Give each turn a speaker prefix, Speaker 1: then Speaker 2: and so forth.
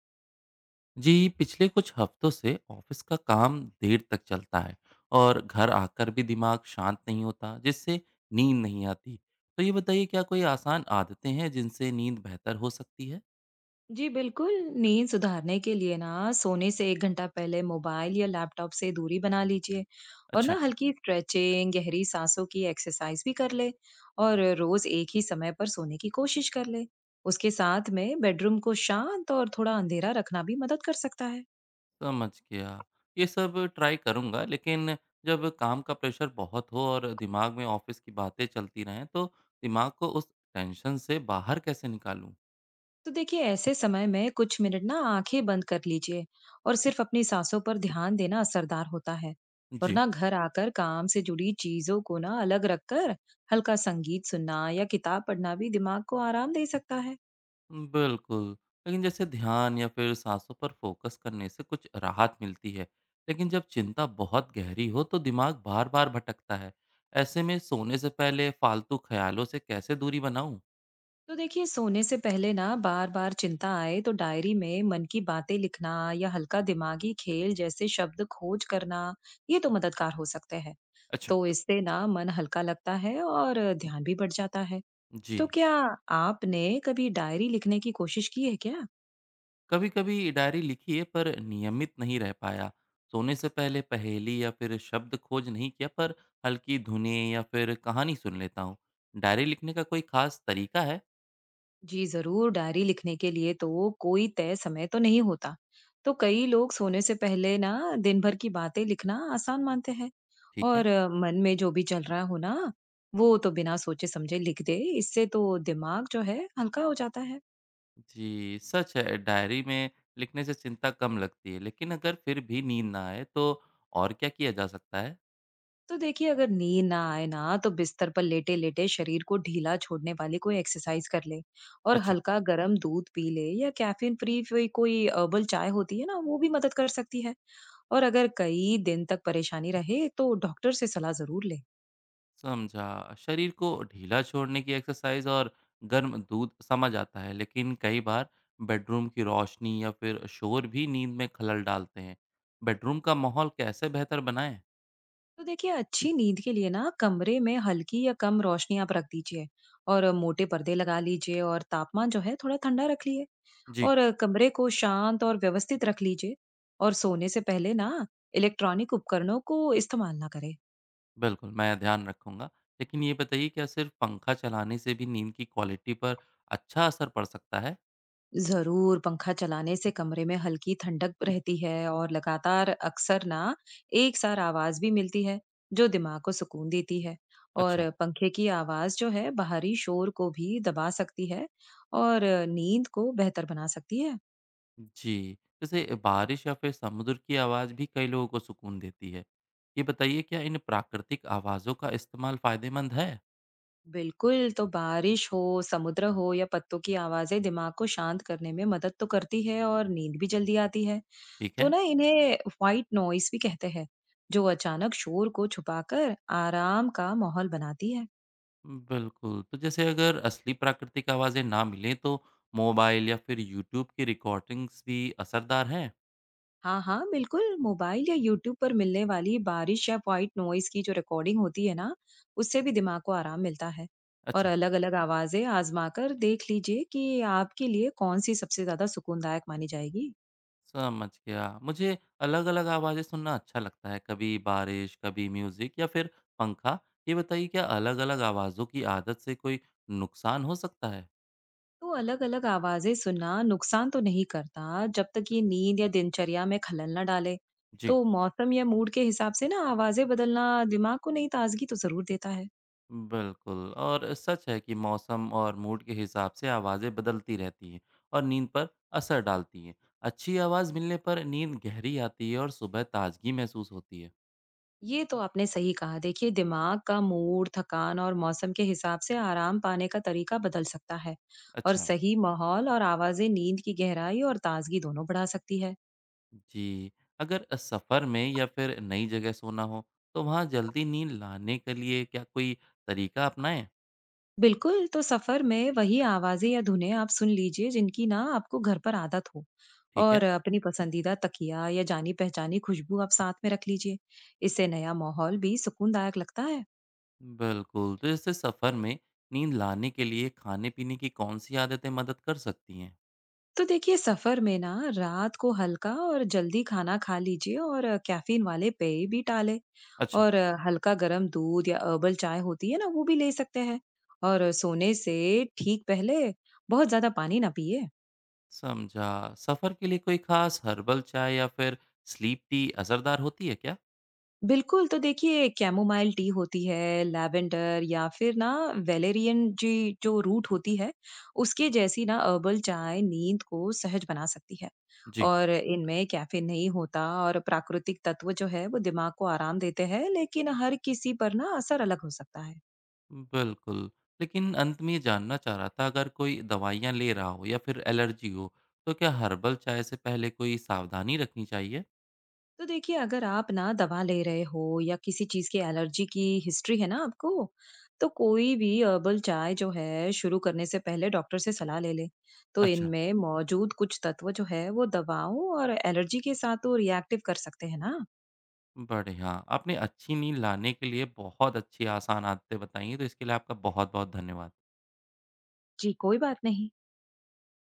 Speaker 1: जी, पिछले कुछ हफ्तों से ऑफिस का काम देर तक चलता है और घर आकर भी दिमाग शांत नहीं होता, जिससे नींद नहीं आती। तो ये बताइए क्या कोई आसान आदतें हैं जिनसे नींद बेहतर हो सकती है?
Speaker 2: जी बिल्कुल, नींद सुधारने के लिए ना सोने से 1 घंटा पहले मोबाइल या लैपटॉप से दूरी बना लीजिए और
Speaker 1: अच्छा,
Speaker 2: ना हल्की स्ट्रेचिंग, गहरी साँसों की एक्सरसाइज़ भी कर ले और रोज़ एक ही समय पर सोने की कोशिश कर ले। उसके साथ में बेडरूम को शांत और थोड़ा अंधेरा रखना भी मदद कर सकता है।
Speaker 1: समझ गया। ये सब ट्राई करूँगा, लेकिन जब काम का प्रेशर बहुत हो और दिमाग में ऑफिस की बातें चलती रहें, तो दिमाग को उस टेंशन से बाहर कैसे निकालूँ?
Speaker 2: तो देखिए ऐसे समय में कुछ मिनट ना आंखें बंद कर लीजिए और सिर्फ अपनी सांसों पर ध्यान देना असरदार होता है। और
Speaker 1: जी।
Speaker 2: ना घर आकर काम से जुड़ी चीजों को ना अलग रखकर हल्का संगीत सुनना या किताब पढ़ना भी दिमाग को आराम दे सकता है।
Speaker 1: बिल्कुल, लेकिन जैसे ध्यान या फिर साँसों पर फोकस करने से कुछ राहत मिलती है, लेकिन जब चिंता बहुत गहरी हो तो दिमाग बार-बार भटकता है। ऐसे में सोने से पहले फालतू ख्यालों से कैसे दूरी बनाऊँ?
Speaker 2: तो देखिए सोने से पहले ना बार बार चिंता आए तो डायरी में मन की बातें लिखना या हल्का दिमागी खेल जैसे शब्द खोज करना ये तो मददगार हो सकते हैं।
Speaker 1: अच्छा
Speaker 2: तो इससे ना मन हल्का लगता है और ध्यान भी बढ़ जाता है। तो
Speaker 1: जी,
Speaker 2: क्या आपने कभी डायरी लिखने की कोशिश की है क्या?
Speaker 1: कभी-कभी डायरी लिखी है पर नियमित नहीं रह पाया। सोने से पहले पहेली या फिर शब्द खोज नहीं किया पर हल्की धुनें या फिर कहानी सुन लेता हूँ। डायरी लिखने का कोई खास तरीका है?
Speaker 2: जी जरूर, डायरी लिखने के लिए तो कोई तय समय तो नहीं होता। तो कई लोग सोने से पहले ना दिन भर की बातें लिखना आसान मानते हैं।
Speaker 1: ठीक है।
Speaker 2: और मन में जो भी चल रहा हो ना वो तो बिना सोचे समझे लिख दे। इससे तो दिमाग जो है हल्का हो जाता है।
Speaker 1: जी, सच है डायरी में लिखने से चिंता कम लगती है, लेकिन अगर फिर भी नींद ना आए तो और क्या किया जा सकता है?
Speaker 2: तो देखिए अगर नींद ना आए ना तो बिस्तर पर लेटे लेटे शरीर को ढीला छोड़ने वाली कोई एक्सरसाइज कर ले और
Speaker 1: अच्छा,
Speaker 2: हल्का गर्म दूध पी ले या कैफीन फ्री कोई कोई हर्बल चाय होती है ना वो भी मदद कर सकती है। और अगर कई दिन तक परेशानी रहे तो डॉक्टर से सलाह जरूर ले।
Speaker 1: समझा। शरीर को ढीला छोड़ने की एक्सरसाइज और गर्म दूध समझ आता है, लेकिन कई बार बेडरूम की रोशनी या फिर शोर भी नींद में खलल डालते हैं। बेडरूम का माहौल कैसे बेहतर बनाएं?
Speaker 2: तो देखिए अच्छी नींद के लिए ना कमरे में हल्की या कम रोशनी आप रख दीजिए और मोटे पर्दे लगा लीजिए और तापमान जो है थोड़ा ठंडा रख लिए।
Speaker 1: जी,
Speaker 2: और कमरे को शांत और व्यवस्थित रख लीजिए और सोने से पहले ना इलेक्ट्रॉनिक उपकरणों को इस्तेमाल ना करें।
Speaker 1: बिल्कुल, मैं ध्यान रखूँगा। लेकिन ये बताइए क्या सिर्फ पंखा चलाने से भी नींद की क्वालिटी पर अच्छा असर पड़ सकता है?
Speaker 2: जरूर पंखा चलाने से कमरे में हल्की ठंडक रहती है और लगातार अक्सर ना एक सार आवाज भी मिलती है जो दिमाग को सुकून देती है।
Speaker 1: अच्छा।
Speaker 2: और पंखे की आवाज जो है बाहरी शोर को भी दबा सकती है और नींद को बेहतर बना सकती है।
Speaker 1: जी, जैसे बारिश या फिर समुद्र की आवाज़ भी कई लोगों को सुकून देती है। ये बताइए क्या इन प्राकृतिक आवाज़ों का इस्तेमाल फ़ायदेमंद है?
Speaker 2: बिल्कुल, तो बारिश हो, समुद्र हो या पत्तों की आवाज़ें दिमाग को शांत करने में मदद तो करती है और नींद भी जल्दी आती है।
Speaker 1: ठीक
Speaker 2: तो
Speaker 1: है।
Speaker 2: ना इन्हें व्हाइट नॉइज़ भी कहते हैं, जो अचानक शोर को छुपाकर आराम का माहौल बनाती है।
Speaker 1: बिल्कुल, तो जैसे अगर असली प्राकृतिक आवाज़ें ना मिलें तो मोबाइल या फिर यूट्यूब की रिकॉर्डिंग्स भी असरदार हैं?
Speaker 2: हाँ, हाँ, बिल्कुल, मोबाइल या यूट्यूब पर मिलने वाली बारिश या व्हाइट नॉइज़ की जो रिकॉर्डिंग होती है ना, उससे भी दिमाग को आराम मिलता है। और
Speaker 1: अच्छा,
Speaker 2: अलग-अलग आवाज़ें आज़मा कर देख लीजिए कि आपके लिए कौन-सी सबसे ज़्यादा सुकूनदायक मानी जाएगी।
Speaker 1: समझ गया। मुझे अलग-अलग आवाज़ें सुनना अच्छा लगता है, कभी बारिश, कभी म्यूज़िक या फिर पंखा। ये बताइए क्या अलग-अलग आवाज़ों की आदत से कोई नुकसान हो सकता है?
Speaker 2: तो अलग-अलग आवाजें सुनना नुकसान तो नहीं करता जब तक ये नींद या दिनचर्या में खलल ना डाले।
Speaker 1: जी।
Speaker 2: तो मौसम या मूड के हिसाब से ना आवाजें बदलना दिमाग को नई ताजगी तो जरूर देता है।
Speaker 1: बिल्कुल और सच है कि मौसम और मूड के हिसाब से आवाज़ें बदलती रहती हैं और नींद पर असर डालती हैं। अच्छी आवाज़ मिलने पर नींद गहरी आती है और सुबह ताजगी महसूस होती है।
Speaker 2: ये तो आपने सही कहा, देखिए दिमाग का मूड थकान और मौसम के हिसाब से आराम पाने का तरीका बदल सकता है। और
Speaker 1: अच्छा
Speaker 2: सही माहौल और आवाजें नींद की गहराई और ताजगी दोनों बढ़ा सकती है।
Speaker 1: जी, अगर सफ़र में या फिर नई जगह सोना हो तो वहाँ जल्दी नींद लाने के लिए क्या कोई तरीका अपनाएं?
Speaker 2: बिल्कुल, तो सफ़र में वही आवाज़ें या धुनें आप सुन लीजिए जिनकी ना आपको घर पर आदत हो।
Speaker 1: ठीक है।
Speaker 2: और अपनी पसंदीदा तकिया या जानी-पहचानी खुशबू आप साथ में रख लीजिए। इससे नया माहौल भी सुकूनदायक लगता है।
Speaker 1: बिल्कुल, तो जैसे सफ़र में नींद लाने के लिए खाने पीने की कौन सी आदतें मदद कर सकती हैं?
Speaker 2: तो देखिए सफ़र में ना रात को हल्का और जल्दी खाना खा लीजिए और कैफ़ीन वाले पेय भी टालें।
Speaker 1: अच्छा,
Speaker 2: और हल्का गर्म दूध या हर्बल चाय होती है ना, वो भी ले सकते हैं। और सोने से ठीक पहले बहुत ज़्यादा पानी ना पिएँ।
Speaker 1: समझा। सफर के लिए कोई खास हर्बल चाय या फिर स्लीप टी असरदार होती है क्या?
Speaker 2: बिल्कुल, तो देखिए कैमोमाइल टी होती है, लैवेंडर या फिर ना वेलेरियन जी जो रूट होती है, उसके जैसी ना हर्बल चाय नींद को सहज बना सकती है।
Speaker 1: जी,
Speaker 2: और इनमें कैफ़ीन नहीं होता और प्राकृतिक तत्व जो है वो दिमाग को आराम देते हैं, लेकिन हर किसी पर ना असर अलग हो सकता है।
Speaker 1: बिल्कुल, लेकिन अंत में ये जानना चाह रहा था, अगर कोई दवाइयाँ ले रहा हो या फिर एलर्जी हो तो क्या हर्बल चाय से पहले कोई सावधानी रखनी चाहिए?
Speaker 2: तो देखिए अगर आप ना दवा ले रहे हो या किसी चीज की एलर्जी की हिस्ट्री है ना आपको, तो कोई भी हर्बल चाय जो है शुरू करने से पहले डॉक्टर से सलाह ले ले। तो
Speaker 1: अच्छा,
Speaker 2: इनमें मौजूद कुछ तत्व जो है वो दवाओं और एलर्जी के साथ तो रिएक्टिव कर सकते हैं ना।
Speaker 1: बढ़िया। आपने अच्छी नींद लाने के लिए बहुत अच्छी आसान आदतें बताई हैं, तो इसके लिए आपका बहुत बहुत धन्यवाद।
Speaker 2: जी कोई बात नहीं।